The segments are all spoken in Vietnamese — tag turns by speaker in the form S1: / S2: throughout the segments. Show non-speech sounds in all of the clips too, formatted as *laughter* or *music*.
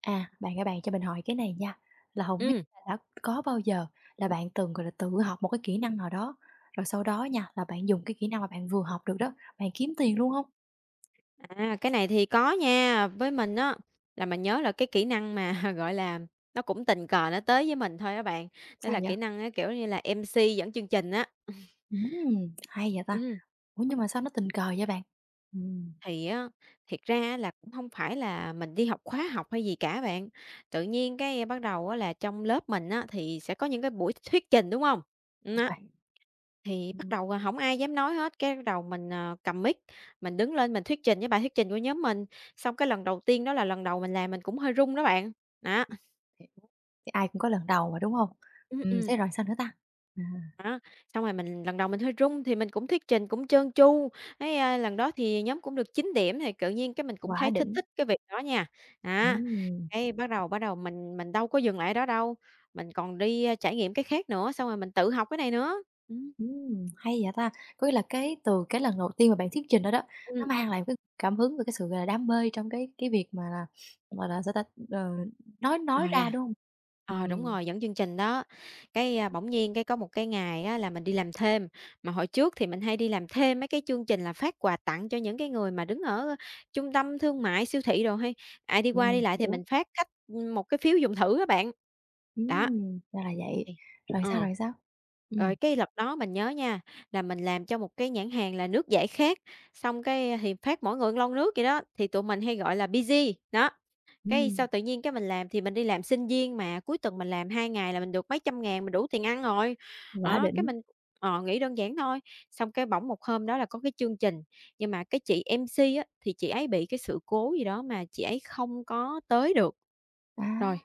S1: À, bạn ơi bạn cho mình hỏi cái này nha, là không biết
S2: Ừm.
S1: là đã có bao giờ là bạn từng, gọi là, tự học một cái kỹ năng nào đó, rồi sau đó nha, là bạn dùng cái kỹ năng mà bạn vừa học được đó, bạn kiếm tiền luôn không?
S2: À, cái này thì có nha. Với mình á, là mình nhớ là cái kỹ năng mà, *laughs* gọi là, nó cũng tình cờ nó tới với mình thôi á bạn, đó
S1: Sao
S2: là
S1: vậy?
S2: kỹ năng á, kiểu như là, MC dẫn chương trình á. *laughs*
S1: Hay vậy ta?
S2: Ừm,
S1: Ủa, nhưng mà sao nó tình cờ vậy bạn? Ừm,
S2: thì á, thiệt ra là cũng không phải là mình đi học khóa học hay gì cả bạn. Tự nhiên cái bắt đầu á là trong lớp mình á, thì sẽ có những cái buổi thuyết trình, đúng không? Ừm.
S1: đúng rồi,
S2: Thì bắt
S1: ừm,
S2: đầu, hổng ai dám nói hết, cái bắt đầu mình, cầm mic, mình đứng lên mình thuyết trình với bài thuyết trình của nhóm mình. Xong cái lần đầu tiên đó là lần đầu mình làm mình cũng hơi run đó bạn. Đó,
S1: hiểu, thì ai cũng có lần đầu mà, đúng không?
S2: ừm, ừm,
S1: Thế rồi sao nữa ta? À,
S2: đó. Xong rồi mình lần đầu mình hơi run thì mình cũng thuyết trình cũng trơn tru, cái, lần đó thì nhóm cũng được 9 điểm thì tự nhiên cái mình cũng
S1: quá
S2: thấy thích
S1: đỉnh!
S2: thích cái việc đó nha. Á,
S1: Ừm.
S2: cái bắt đầu mình đâu có dừng lại ở đó đâu, mình còn đi, trải nghiệm cái khác nữa, xong rồi mình tự học cái này nữa. Ừm.
S1: Hay vậy ta! Có nghĩa là cái từ cái lần đầu tiên mà bạn thuyết trình đó đó,
S2: Ừm.
S1: nó mang lại cái cảm hứng và cái sự, gọi là, đam mê trong cái việc mà là, gọi là, sao ta, ờ, nói
S2: Ờ,
S1: ra,
S2: là
S1: đúng không?
S2: đúng
S1: Ừm,
S2: rồi, dẫn chương trình đó. Cái, bỗng nhiên cái có một cái ngày á là mình đi làm thêm, mà hồi trước thì mình hay đi làm thêm mấy cái chương trình là phát quà tặng cho những cái người mà đứng ở trung tâm thương mại, siêu thị đồ hay ai đi qua đi lại thì
S1: hiểu.
S2: mình phát khách, một cái phiếu dùng thử các bạn. Đó.
S1: Ra là vậy.
S2: Thì
S1: Rồi sao,
S2: ờ.
S1: rồi sao? Ừm,
S2: Rồi cái lần đó mình nhớ nha, là mình làm cho một cái nhãn hàng là nước giải khát, xong cái thì phát mỗi người một lon nước vậy đó, thì tụi mình hay gọi là busy, đó. Cái
S1: ừm,
S2: sao tự nhiên cái mình làm thì mình đi làm sinh viên mà, cuối tuần mình làm 2 ngày là mình được mấy trăm ngàn, mình đủ tiền ăn rồi.
S1: quả
S2: Đó, cái
S1: đỉnh.
S2: mình nghĩ đơn giản thôi, xong cái bỗng một hôm đó là có cái chương trình, nhưng mà cái chị MC á, thì chị ấy bị cái sự cố gì đó mà chị ấy không có tới được.
S1: À,
S2: Rồi,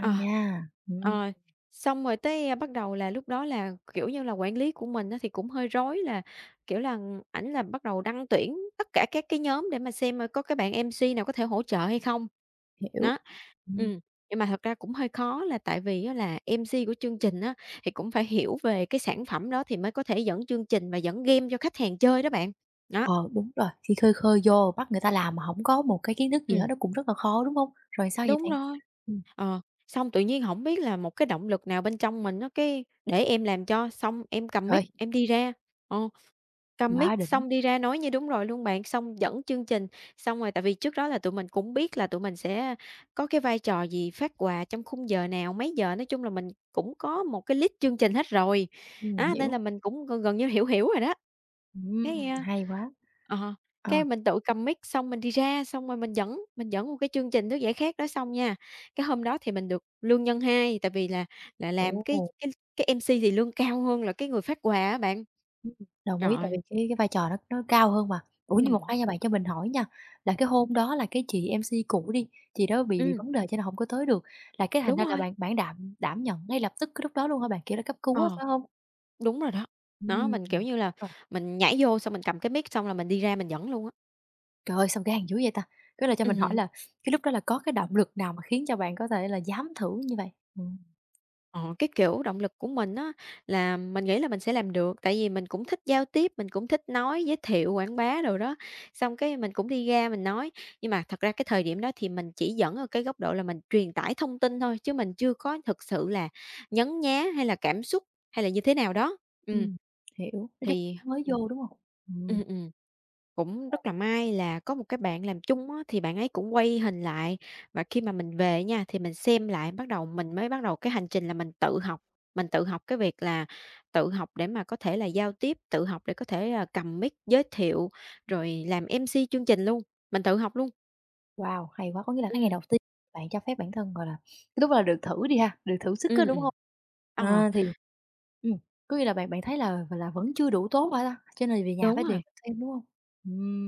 S2: ờ,
S1: nha.
S2: ờ, xong rồi tới, bắt đầu là lúc đó là, kiểu như là, quản lý của mình á thì cũng hơi rối là, kiểu là, ảnh là bắt đầu đăng tuyển tất cả các cái nhóm để mà xem, có cái bạn MC nào có thể hỗ trợ hay không.
S1: Hiểu.
S2: Đó.
S1: Ừm,
S2: ừm, nhưng mà thật ra cũng hơi khó là tại vì á là MC của chương trình á, thì cũng phải hiểu về cái sản phẩm đó thì mới có thể dẫn chương trình và dẫn game cho khách hàng chơi đó bạn. Đó,
S1: ờ, đúng rồi, khi khơi khơi vô bắt người ta làm mà hổng có một cái kiến thức gì hết
S2: ừm,
S1: nó cũng rất là khó, đúng hông? Rồi sao vậy
S2: đúng
S1: bạn?
S2: rồi.
S1: Ừm,
S2: Ờ, xong tự nhiên hổng biết là một cái động lực nào bên trong mình á, cái để em làm cho, xong em cầm
S1: rồi,
S2: mic em đi ra. Ờ. Cầm mic
S1: quá đỉnh.
S2: xong đi ra nói như đúng rồi luôn bạn, xong dẫn chương trình. Xong rồi tại vì trước đó là tụi mình cũng biết là tụi mình sẽ có cái vai trò gì, phát quà trong khung giờ nào, mấy giờ, nói chung là mình cũng có một cái list chương trình hết rồi. Á, nên
S1: Hiểu.
S2: là mình cũng gần gần như hiểu hiểu rồi đó. Cái, a
S1: Hay quá.
S2: ờ,
S1: Ờ,
S2: cái mình tự cầm mic xong mình đi ra, xong rồi mình dẫn một cái chương trình nước giải khát đó xong nha, cái hôm đó thì mình được lương nhân 2 tại vì là làm cái
S1: ồ,
S2: cái cái MC thì lương cao hơn là cái người phát quà á bạn.
S1: ừm, đồng
S2: Trời
S1: ý tại
S2: ơi!
S1: vì cái vai trò nó cao hơn mà. Ủa, nhưng mà
S2: Ừm,
S1: khoan nha bạn, cho mình hỏi nha, là cái hôm đó là cái chị MC cũ đi, chị đó bị
S2: ừm,
S1: vấn đề cho nên hổng có tới được, là cái thành
S2: đúng
S1: ra là
S2: rồi,
S1: bạn bạn đảm đảm nhận ngay lập tức cái lúc đó luôn hả bạn? Kiểu là cấp cứu á,
S2: ờ,
S1: phải hông?
S2: đúng rồi đó. Đó,
S1: Ừm,
S2: mình, kiểu
S1: ừm.
S2: như là,
S1: Rồi,
S2: mình nhảy vô xong mình cầm cái mic xong là mình đi ra mình dẫn luôn á.
S1: trời ơi, sao gan dữ vậy ta? Cái là cho mình hỏi
S2: Ừm,
S1: là cái lúc đó là có cái động lực nào mà khiến cho bạn có thể là dám thử như vậy? Ừm,
S2: ờ, cái kiểu động lực của mình á là mình nghĩ là mình sẽ làm được, tại vì mình cũng thích giao tiếp, mình cũng thích nói, giới thiệu, quảng bá đồ đó, xong cái mình cũng đi ra mình nói. Nhưng mà thật ra cái thời điểm đó thì mình chỉ dẫn ở cái góc độ là mình truyền tải thông tin thôi, chứ mình chưa có thực sự là nhấn nhá hay là cảm xúc hay là như thế nào đó. Ừm.
S1: ừm, hiểu, nói chung
S2: Thì
S1: mới
S2: ừm.
S1: vô, đúng hông? Ừm.
S2: Ừm, ừm. Cũng rất là may là có một cái bạn làm chung á, thì bạn ấy cũng quay hình lại và khi mà mình về nha, thì mình xem lại bắt đầu mình mới bắt đầu cái hành trình là mình tự học. Mình tự học cái việc là tự học để mà có thể là giao tiếp, tự học để có thể là cầm mic giới thiệu, rồi làm MC chương trình luôn, mình tự học luôn.
S1: Wow, hay quá! Có nghĩa là cái ngày
S2: Ừm,
S1: đầu tiên bạn cho phép bản thân, gọi là, cái lúc là được thử đi ha, được thử sức á,
S2: ừm,
S1: đúng
S2: ừm.
S1: hông?
S2: Ờ,
S1: À, thì ừm, có nghĩa là bạn bạn thấy là vẫn chưa đủ tốt hả ta? Cho nên về nhà
S2: đúng
S1: phải luyện
S2: rồi.
S1: tập thêm, đúng hông?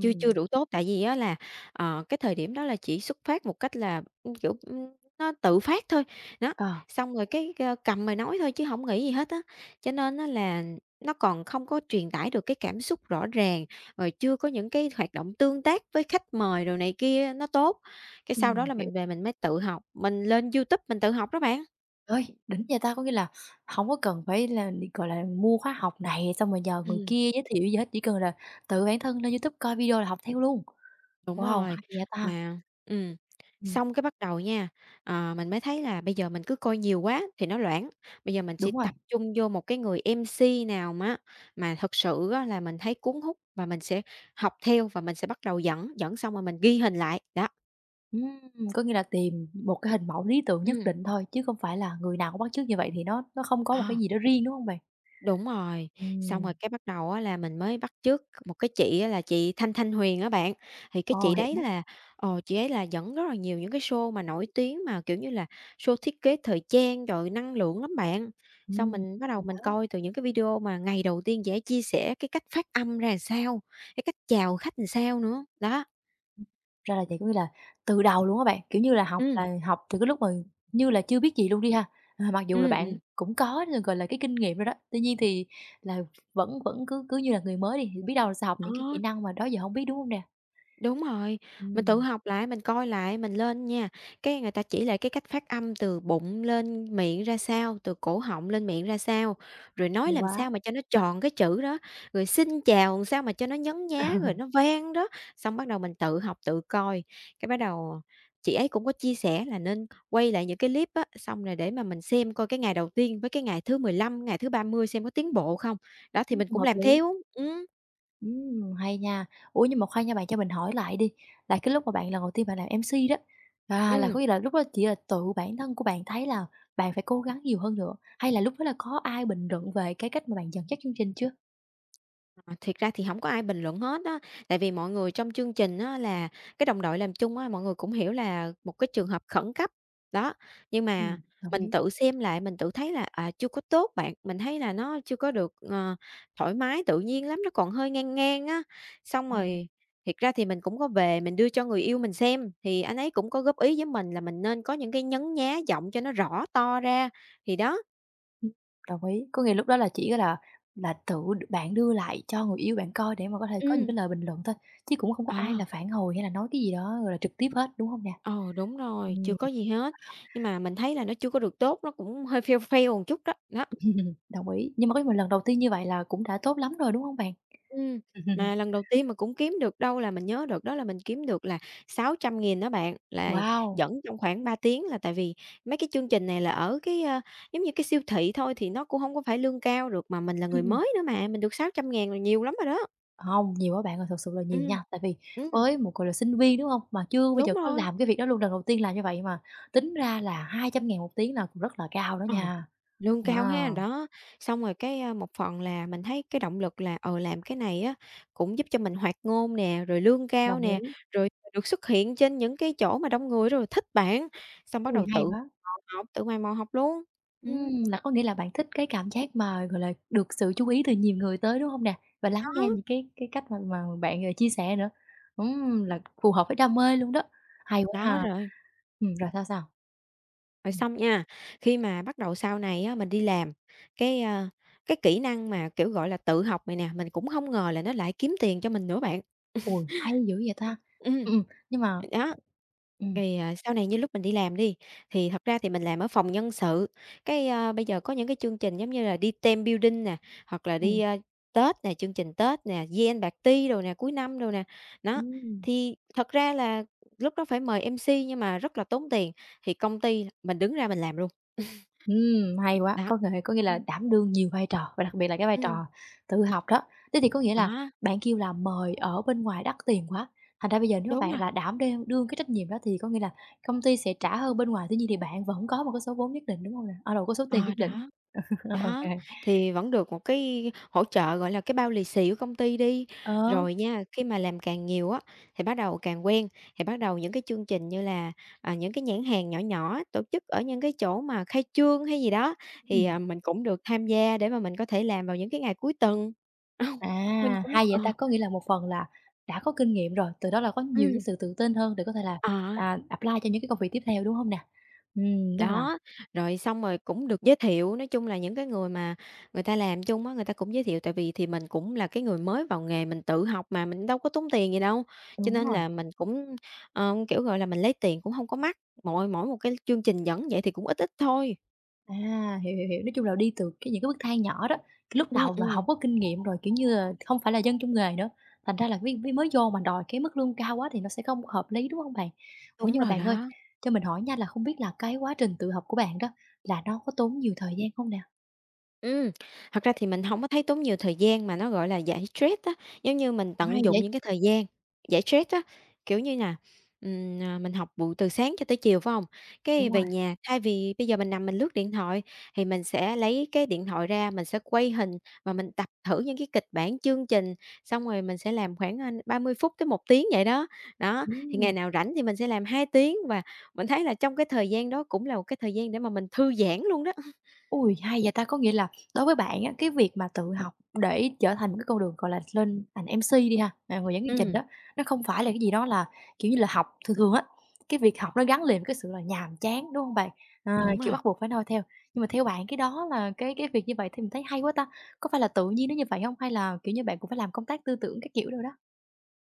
S2: Chưa chưa đủ tốt, tại vì á là, cái thời điểm đó là chỉ xuất phát một cách là, nó tự phát thôi, đó,
S1: ờ,
S2: xong rồi cái, cầm mà nói thôi chứ không nghĩ gì hết á. Cho nên á là nó còn không có truyền tải được cái cảm xúc rõ ràng, rồi chưa có những cái hoạt động tương tác với khách mời rồi này kia nó tốt. Cái sau đó là
S1: hiểu.
S2: mình về mình mới tự học, mình lên YouTube mình tự học đó bạn.
S1: Ơi, đỉnh vậy ta! Có nghĩa là hổng có cần phải là, gọi là, mua khóa học này xong rồi nhờ người
S2: Ừm.
S1: kia giới thiệu gì hết, chỉ cần là tự bản thân lên YouTube coi video là học theo luôn.
S2: Đúng
S1: Wow,
S2: rồi,
S1: hay vậy ta!
S2: mà
S1: Ừm,
S2: xong cái bắt đầu nha, mình mới thấy là bây giờ mình cứ coi nhiều quá thì nó loãng, bây giờ mình chỉ
S1: đúng rồi.
S2: tập trung vô một cái người MC nào mà thực sự á là mình thấy cuốn hút và mình sẽ học theo và mình sẽ bắt đầu dẫn xong rồi mình ghi hình lại, đó.
S1: Có nghĩa là tìm một cái hình mẫu lý tưởng nhất
S2: Ừm,
S1: định thôi, chứ không phải là người nào cũng bắt chước như vậy thì nó không có một cái
S2: ờ.
S1: gì đó riêng, đúng không bạn?
S2: Đúng rồi, xong rồi
S1: Ừm,
S2: cái bắt đầu á là mình mới bắt chước một cái chị á là chị Thanh Thanh Huyền á bạn, thì cái
S1: ồ,
S2: chị đấy
S1: hiểu,
S2: là, chị ấy là dẫn rất là nhiều những cái show mà nổi tiếng mà, kiểu như là, show thiết kế thời trang rồi năng lượng lắm bạn. Xong
S1: ừm,
S2: mình bắt
S1: thì
S2: đầu mình
S1: đó,
S2: coi từ những cái video mà ngày đầu tiên chị ấy chia sẻ cái cách phát âm ra làm sao, cái cách chào khách làm sao nữa. Đó,
S1: ra là vậy, có nghĩa là từ đầu luôn các bạn, kiểu như
S2: ừm,
S1: là học từ cái lúc mà như là chưa biết gì luôn đi ha. À, mặc dù là
S2: ừm,
S1: bạn
S2: ừm,
S1: cũng có, được gọi là, cái kinh nghiệm rồi đó, tuy nhiên thì là vẫn vẫn cứ cứ như là người mới đi, thì biết đâu là sẽ học
S2: ờ.
S1: những cái kỹ năng mà đó giờ không biết, đúng không nè?
S2: Đúng rồi, mình tự
S1: Ừm,
S2: học lại, mình coi lại, mình lên nha, cái người ta chỉ lại cái cách phát âm từ bụng lên miệng ra sao, từ cổ họng lên miệng ra sao, rồi nói
S1: hay
S2: làm
S1: quá,
S2: sao mà cho nó tròn cái chữ đó, rồi xin chào làm sao mà cho nó nhấn nhá, rồi
S1: *laughs*
S2: nó vang đó. Xong bắt đầu mình tự học, tự coi, cái bắt đầu chị ấy cũng có chia sẻ là nên quay lại những cái clip á, xong rồi để mà mình xem coi cái ngày đầu tiên với cái ngày thứ 15 ngày thứ 30 xem có tiến bộ không. Đó, thì mình cũng
S1: hợp
S2: làm
S1: lý.
S2: theo. Ừ,
S1: Hay nha. Ủa, nhưng mà khoan nha, bạn cho mình hỏi lại đi, là cái lúc mà bạn lần đầu tiên bạn làm MC đó, là
S2: ừ.
S1: có nghĩa là lúc đó chỉ là tự bản thân của bạn thấy là bạn phải cố gắng nhiều hơn nữa, hay là lúc đó là có ai bình luận về cái cách mà bạn dẫn dắt chương trình chưa?
S2: Ờ, thiệt ra thì không có ai bình luận hết á, tại vì mọi người trong chương trình á là cái đồng đội làm chung á, mọi người cũng hiểu là một cái trường hợp khẩn cấp, đó. Nhưng mà
S1: Đồng
S2: mình
S1: ý.
S2: tự xem lại mình tự thấy là, chưa có tốt bạn, mình thấy là nó chưa có được, thoải mái, tự nhiên lắm, nó còn hơi ngang ngang á. Xong
S1: Ừm,
S2: rồi thiệt ra thì mình cũng có về mình đưa cho người yêu mình xem, thì anh ấy cũng có góp ý với mình là mình nên có những cái nhấn nhá giọng cho nó rõ to ra, thì đó.
S1: ừm, đồng ý. Có nghĩa lúc đó là chỉ là tự đ bạn đưa lại cho người yêu bạn coi để mà có thể có những
S2: Ừ,
S1: cái lời bình luận thôi, chứ cũng không có
S2: ờ.
S1: ai là phản hồi hay là nói cái gì đó, gọi là, trực tiếp hết, đúng không nè?
S2: Ồ, đúng rồi, chưa
S1: Ừm,
S2: có gì hết, nhưng mà mình thấy là nó chưa có được tốt, nó cũng hơi fail fail một chút đó, đó.
S1: *laughs* đồng ý. Nhưng mà có mà lần đầu tiên như vậy là cũng đã tốt lắm rồi, đúng không bạn?
S2: Ừm,
S1: *laughs*
S2: mà lần đầu tiên mà cũng kiếm được đâu là mình nhớ được đó là mình kiếm được là 600.000 đó bạn, là
S1: Wow!
S2: dẫn trong khoảng 3 tiếng là tại vì mấy cái chương trình này là ở cái, giống như cái siêu thị thôi thì nó cũng không có phải lương cao được, mà mình là
S1: Ừm,
S2: người
S1: ừm.
S2: mới nữa mà, mình được 600.000 là nhiều lắm rồi đó.
S1: Hông, nhiều á bạn ơi, thật sự là nhiều
S2: Ừm,
S1: nha. Tại vì
S2: ừm,
S1: với một, người là, sinh viên, đúng không? Mà chưa bây
S2: đúng
S1: giờ có
S2: rồi.
S1: làm cái việc đó luôn, lần đầu tiên làm như vậy mà tính ra là 200.000 một tiếng là cũng rất là cao đó
S2: Ờ,
S1: nha.
S2: lương
S1: À,
S2: cao ha, đó. Xong rồi cái, một phần là mình thấy cái động lực là, làm cái này á cũng giúp cho mình hoạt ngôn nè, rồi lương cao
S1: đồng
S2: nè,
S1: ý.
S2: rồi được xuất hiện trên những cái chỗ mà đông người rồi thích bạn, xong bắt
S1: Ui,
S2: đầu
S1: hay quá!
S2: mò tự mày mò học luôn. Ừm.
S1: Là có nghĩa là bạn thích cái cảm giác mà, gọi là, được sự chú ý từ nhiều người tới, đúng không nè? Và lắng
S2: Đó,
S1: nghe những cái cách mà bạn, chia sẻ nữa. Là phù hợp với đam mê luôn đó. Hay quá ha!
S2: đó rồi,
S1: Rồi sao, sao?
S2: rồi xong nha, khi mà bắt đầu sau này á mình đi làm, cái, a, cái kỹ năng mà, kiểu, gọi là, tự học này nè, mình cũng không ngờ là nó lại kiếm tiền cho mình nữa bạn.
S1: Ôi, hay dữ vậy
S2: Ừm,
S1: ta!
S2: ừm.
S1: Ừm, nhưng mà
S2: Đó,
S1: ừm,
S2: thì, sau này như lúc mình đi làm đi, thì thật ra thì mình làm ở phòng nhân sự, bây giờ có những cái chương trình giống như là đi team building nè, hoặc là
S1: ừm.
S2: đi, Tết nè, chương trình Tết nè, Gen Party đồ nè, cuối năm đồ nè. Đó,
S1: Ừm.
S2: thì thật ra là lúc đó phải mời MC nhưng mà rất là tốn tiền, thì công ty mình đứng ra mình làm luôn. *laughs*
S1: Hay quá,
S2: Đó.
S1: có thể có nghĩa là
S2: Ừm,
S1: đảm đương nhiều vai trò và đặc biệt là cái vai
S2: ừm,
S1: trò tự học đó. Thế thì có nghĩa là
S2: đó,
S1: bạn kêu là mời ở bên ngoài đắt tiền quá, thành ra bây giờ nếu mà
S2: đúng
S1: bạn
S2: rồi.
S1: là đảm đang đương cái trách nhiệm đó thì có nghĩa là công ty sẽ trả hơn bên ngoài, tuy nhiên thì bạn vẫn có một cái số vốn nhất định, đúng hông nè? À, lộn, có số tiền
S2: Ờ,
S1: nhất định.
S2: đó.
S1: *laughs* Ô kê.
S2: Đó, thì vẫn được một cái hỗ trợ, gọi là, cái bao lì xì của công ty đi.
S1: Ờ.
S2: Rồi nha, khi mà làm càng nhiều á, thì bắt đầu càng quen, thì bắt đầu những cái chương trình như là, những cái nhãn hàng nhỏ nhỏ tổ chức ở những cái chỗ mà khai trương hay gì đó, thì,
S1: Ừm.
S2: mình cũng được tham gia để mà mình có thể làm vào những cái ngày cuối tuần. *laughs* Ờ, mình
S1: À,
S2: cũng
S1: hay vậy
S2: ờ,
S1: ta! Có nghĩa là một phần là đã có kinh nghiệm rồi, từ đó là có nhiều cái
S2: ừm,
S1: sự tự tin hơn để có thể là,
S2: ờ.
S1: apply cho những cái công việc tiếp theo, đúng không nè? Nhưng mà
S2: Đó, rồi xong rồi cũng được giới thiệu, nói chung là những cái người mà người ta làm chung á, người ta cũng giới thiệu tại vì thì mình cũng là cái người mới vào nghề, mình tự học mà, mình đâu có tốn tiền gì đâu. Cho
S1: đúng
S2: nên
S1: rồi,
S2: là mình cũng, kiểu, gọi là, mình lấy tiền cũng không có mắc, mỗi mỗi một cái chương trình dẫn vậy thì cũng ít ít thôi.
S1: hiểu, hiểu, hiểu, nói chung là đi từ cái những cái bước thang nhỏ đó, cái lúc
S2: Ừm,
S1: đầu mà không
S2: ừm,
S1: có kinh nghiệm rồi, kiểu như là, không phải là dân trong nghề nữa, thành ra là mới mới mới vô mà đòi cái mức lương cao quá thì nó sẽ không hợp lý, đúng không bạn? Ủa,
S2: đúng
S1: nhưng mà
S2: rồi
S1: bạn ơi,
S2: đó.
S1: cho mình hỏi nha là không biết là cái quá trình tự học của bạn đó là nó có tốn nhiều thời gian không nè?
S2: Ừm, Thật ra thì mình không có thấy tốn nhiều thời gian mà nó, gọi là, giải stress á, giống như mình
S1: Ủa, hay
S2: tận dụng
S1: vậy?
S2: những cái thời gian giải stress á, kiểu như là, mình học buổi từ sáng cho tới chiều, phải không? Cái
S1: Đúng rồi,
S2: về nhà, thay vì bây giờ mình nằm mình lướt điện thoại thì mình sẽ lấy cái điện thoại ra, mình sẽ quay hình và mình tập thử những cái kịch bản chương trình, xong rồi mình sẽ làm khoảng, 30 phút tới 1 tiếng vậy đó. Đó, thì
S1: ừm.
S2: ngày nào rảnh thì mình sẽ làm 2 tiếng và mình thấy là trong cái thời gian đó cũng là một cái thời gian để mà mình thư giãn luôn đó.
S1: Ui, hay vậy ta! Có nghĩa là đối với bạn á, cái việc mà tự học để trở thành một cái con đường, gọi là, lên thành MC đi ha, người dẫn chương trình
S2: Ừm,
S1: đó, nó không phải là cái gì đó là, kiểu như là, học. Thường thường á, cái việc học nó gắn liền với cái sự là nhàm chán, đúng không bạn? À,
S2: đúng
S1: kiểu,
S2: rồi.
S1: bắt buộc phải noi theo. Nhưng mà theo bạn cái đó là cái việc như vậy thì mình thấy hay quá ta! Có phải là tự nhiên nó như vậy không? Hay là, kiểu như, bạn cũng phải làm công tác tư tưởng các kiểu đâu đó?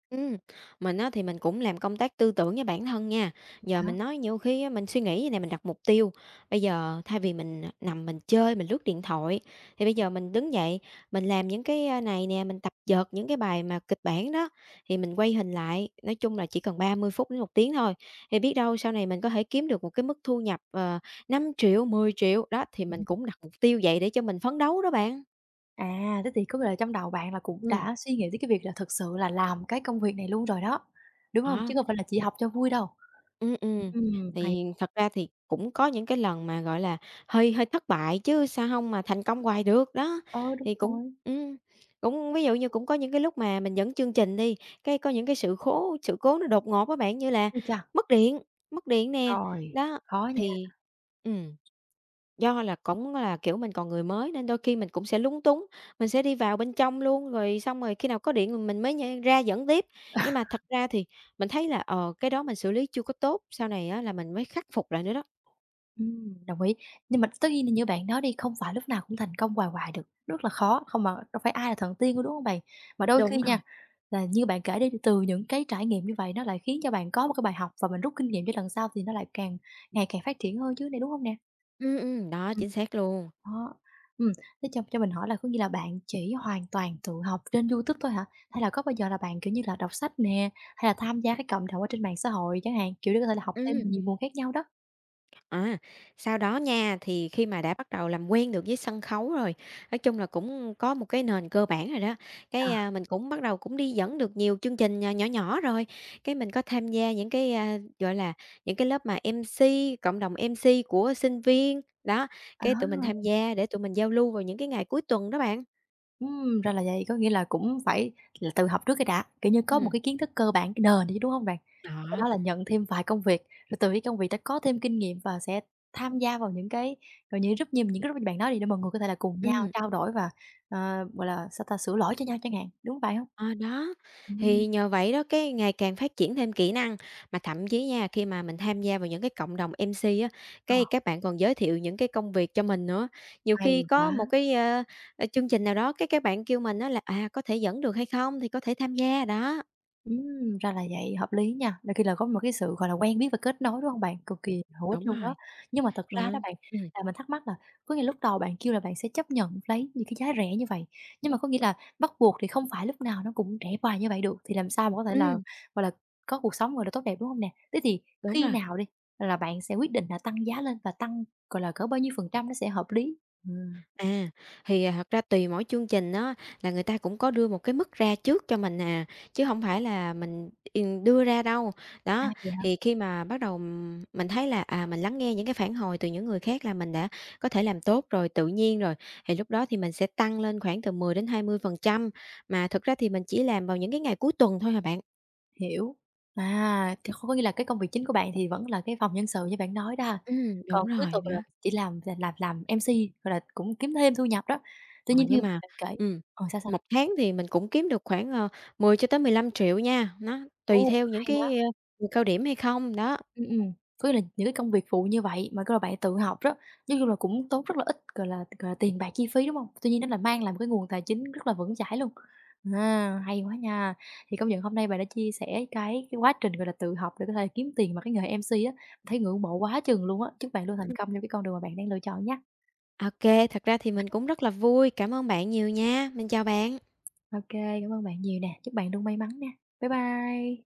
S2: Ừm, mình á thì mình cũng làm công tác tư tưởng với bản thân nha. Giờ
S1: Hả?
S2: mình
S1: *laughs*
S2: nói nhiều khi á, mình suy nghĩ vậy này mình đặt mục tiêu, bây giờ thay vì mình nằm mình chơi, mình lướt điện thoại, thì bây giờ mình đứng dậy, mình làm những này nè, mình tập vợt những cái bài mà kịch bản đó, thì mình quay hình lại, nói chung là chỉ cần 30 phút đến 1 tiếng thôi, thì biết đâu sau này mình có thể kiếm được một cái mức thu nhập, 5.000.000, 10 đó, thì mình
S1: Ừm.
S2: cũng đặt mục tiêu vậy để cho mình phấn đấu đó bạn.
S1: À, thế thì có nghĩa là trong đầu bạn là cũng
S2: Ừ
S1: đã suy nghĩ tới cái việc là thực sự là làm cái công việc này luôn rồi đó, đúng không? Chứ
S2: đó.
S1: không phải là chỉ học cho vui đâu.
S2: Ừ.
S1: Hay
S2: Thì thật ra thì cũng có những cái lần mà, gọi là, hơi hơi thất bại chứ sao không mà thành công hoài được, đó.
S1: ờ, đúng
S2: Thì cũng
S1: rồi.
S2: ừm, cũng ví dụ như cũng có những cái lúc mà mình dẫn chương trình đi, cái có những cái sự cố nó đột ngột các bạn, như là
S1: Ôi chà!
S2: mất điện, mất điện nè,
S1: Rồi,
S2: đó,
S1: khó nha.
S2: thì ừ. Do là cũng là, kiểu, mình còn người mới nên đôi khi mình cũng sẽ lúng túng, mình sẽ đi vào bên trong luôn, rồi xong rồi khi nào có điện mình mới nh ra dẫn tiếp. Nhưng mà thật ra thì mình thấy là, cái đó mình xử lý chưa có tốt, sau này á là mình mới khắc phục lại nữa đó.
S1: Đồng ý. Nhưng mà tất nhiên là như bạn nói đi, không phải lúc nào cũng thành công hoài hoài được, rất là khó, không mà đâu phải ai là thần tiên đâu, đúng không bạn? Mà đôi
S2: Đúng
S1: khi
S2: rồi.
S1: nha, là như bạn kể đi, thì từ những cái trải nghiệm như vậy nó lại khiến cho bạn có một cái bài học và mình rút kinh nghiệm cho lần sau thì nó lại càng ngày càng phát triển hơn chứ này đúng không nè?
S2: Đó,
S1: Ừm.
S2: chính xác luôn.
S1: Đó. Ừm, thế cho mình hỏi là có nghĩa là bạn chỉ hoàn toàn tự học trên YouTube thôi hả? Hay là có bao giờ là bạn, kiểu như là, đọc sách nè, hay là tham gia cái cộng đồng ở trên mạng xã hội chẳng hạn, kiểu, để có thể là học thêm
S2: Ừm.
S1: nhiều nguồn khác nhau đó?
S2: À, sau đó nha, thì khi mà đã bắt đầu làm quen được với sân khấu rồi, nói chung là cũng có một cái nền cơ bản rồi đó.
S1: À,
S2: Cái, mình cũng bắt đầu cũng đi dẫn được nhiều chương trình, nhỏ nhỏ rồi, cái mình có tham gia những gọi là, những cái lớp mà MC, cộng đồng MC của sinh viên, đó, cái tụi mình tham
S1: à.
S2: gia để tụi mình giao lưu vào những cái ngày cuối tuần đó bạn.
S1: Ra là vậy, có nghĩa là cũng phải là tự học trước cái đã, kiểu như, có một
S2: Ừm,
S1: cái kiến thức cơ bản, cái nền đi chứ, đúng hông bạn? Sau
S2: đó,
S1: đó là nhận thêm vài công việc, rồi từ cái công việc đó có thêm kinh nghiệm và sẽ tham gia vào những cái, gọi, những group như những cái group như bạn nói đi để mọi người có thể là cùng nhau
S2: ừm.
S1: trao đổi và, gọi là, sao ta, sửa lỗi cho nhau chẳng hạn, đúng vậy hông?
S2: Ờ, đó,
S1: Ừm,
S2: thì nhờ vậy đó, cái ngày càng phát triển thêm kỹ năng, mà thậm chí nha, khi mà mình tham gia vào những cái cộng đồng MC á,
S1: ờ,
S2: cái các bạn còn giới thiệu những cái công việc cho mình nữa. Nhiều
S1: hay
S2: khi có
S1: quá!
S2: một cái, ơ, ơ, chương trình nào đó, cái các bạn kêu mình á là "À, có thể dẫn được hay không?" thì có thể tham gia, đó.
S1: Ra là vậy, hợp lý nha. Đôi khi là có một cái sự, gọi là, quen biết và kết nối, đúng không bạn? Cực kỳ hữu ích
S2: Đúng
S1: luôn đó.
S2: rồi,
S1: Nhưng mà thật ra
S2: mà
S1: đó bạn,
S2: ừm,
S1: là mình thắc mắc là có nghĩa lúc đầu bạn kêu là bạn sẽ chấp nhận lấy những cái giá rẻ như vậy, nhưng mà có nghĩa là bắt buộc thì không phải lúc nào nó cũng rẻ hoài như vậy được, thì làm sao mà có thể là,
S2: ừm,
S1: gọi là, có cuộc sống, gọi là, tốt đẹp, đúng không nè? Thế thì
S2: đúng
S1: khi
S2: rồi.
S1: nào đi là bạn sẽ quyết định là tăng giá lên và tăng, gọi là, cỡ bao nhiêu phần trăm nó sẽ hợp lý? Ừm.
S2: À, thì, thật ra tùy mỗi chương trình đó là người ta cũng có đưa một cái mức ra trước cho mình à, chứ không phải là mình, đưa ra đâu.
S1: À,
S2: Đó,
S1: vậy hả?
S2: thì khi mà bắt đầu mình thấy là, mình lắng nghe những cái phản hồi từ những người khác là mình đã có thể làm tốt rồi, tự nhiên rồi, thì lúc đó thì mình sẽ tăng lên khoảng từ 10 đến 20% mà thực ra thì mình chỉ làm vào những cái ngày cuối tuần thôi à bạn.
S1: Hiểu. À, thì có nghĩa là cái công việc chính của bạn thì vẫn là cái phòng nhân sự như bạn nói đó ha.
S2: Đúng
S1: Còn cuối
S2: rồi,
S1: tuần là
S2: đó.
S1: chỉ làm MC, gọi là, cũng kiếm thêm thu nhập đó. Tuy
S2: Ờ,
S1: nhiên như
S2: nhưng mà
S1: bạn kể
S2: ừm,
S1: sao, sao?
S2: 1 tháng thì mình cũng kiếm được khoảng, 10 cho tới 15.000.000 nha, nó tùy
S1: Ồ,
S2: theo những
S1: hay quá!
S2: cái mùa cao điểm hay không, đó.
S1: Ừm, ừm, có nghĩa là những cái công việc phụ như vậy mà các bạn tự học đó, nói chung là cũng tốn rất là ít, gọi là, tiền bạc chi phí, đúng không? Tuy nhiên nó là mang lại một cái nguồn tài chính rất là vững chãi luôn. À, hay quá nha! Thì công nhận hôm nay bạn đã chia sẻ cái quá trình, gọi là, tự học để có thể kiếm tiền bằng cái nghề MC á, thấy ngưỡng mộ quá chừng luôn á. Chúc bạn luôn thành công trong cái con đường mà bạn đang lựa chọn nhé.
S2: OK thật ra thì mình cũng rất là vui, cảm ơn bạn nhiều nha, mình chào bạn.
S1: OK, cảm ơn bạn nhiều nè, chúc bạn luôn may mắn nè. Bye bye.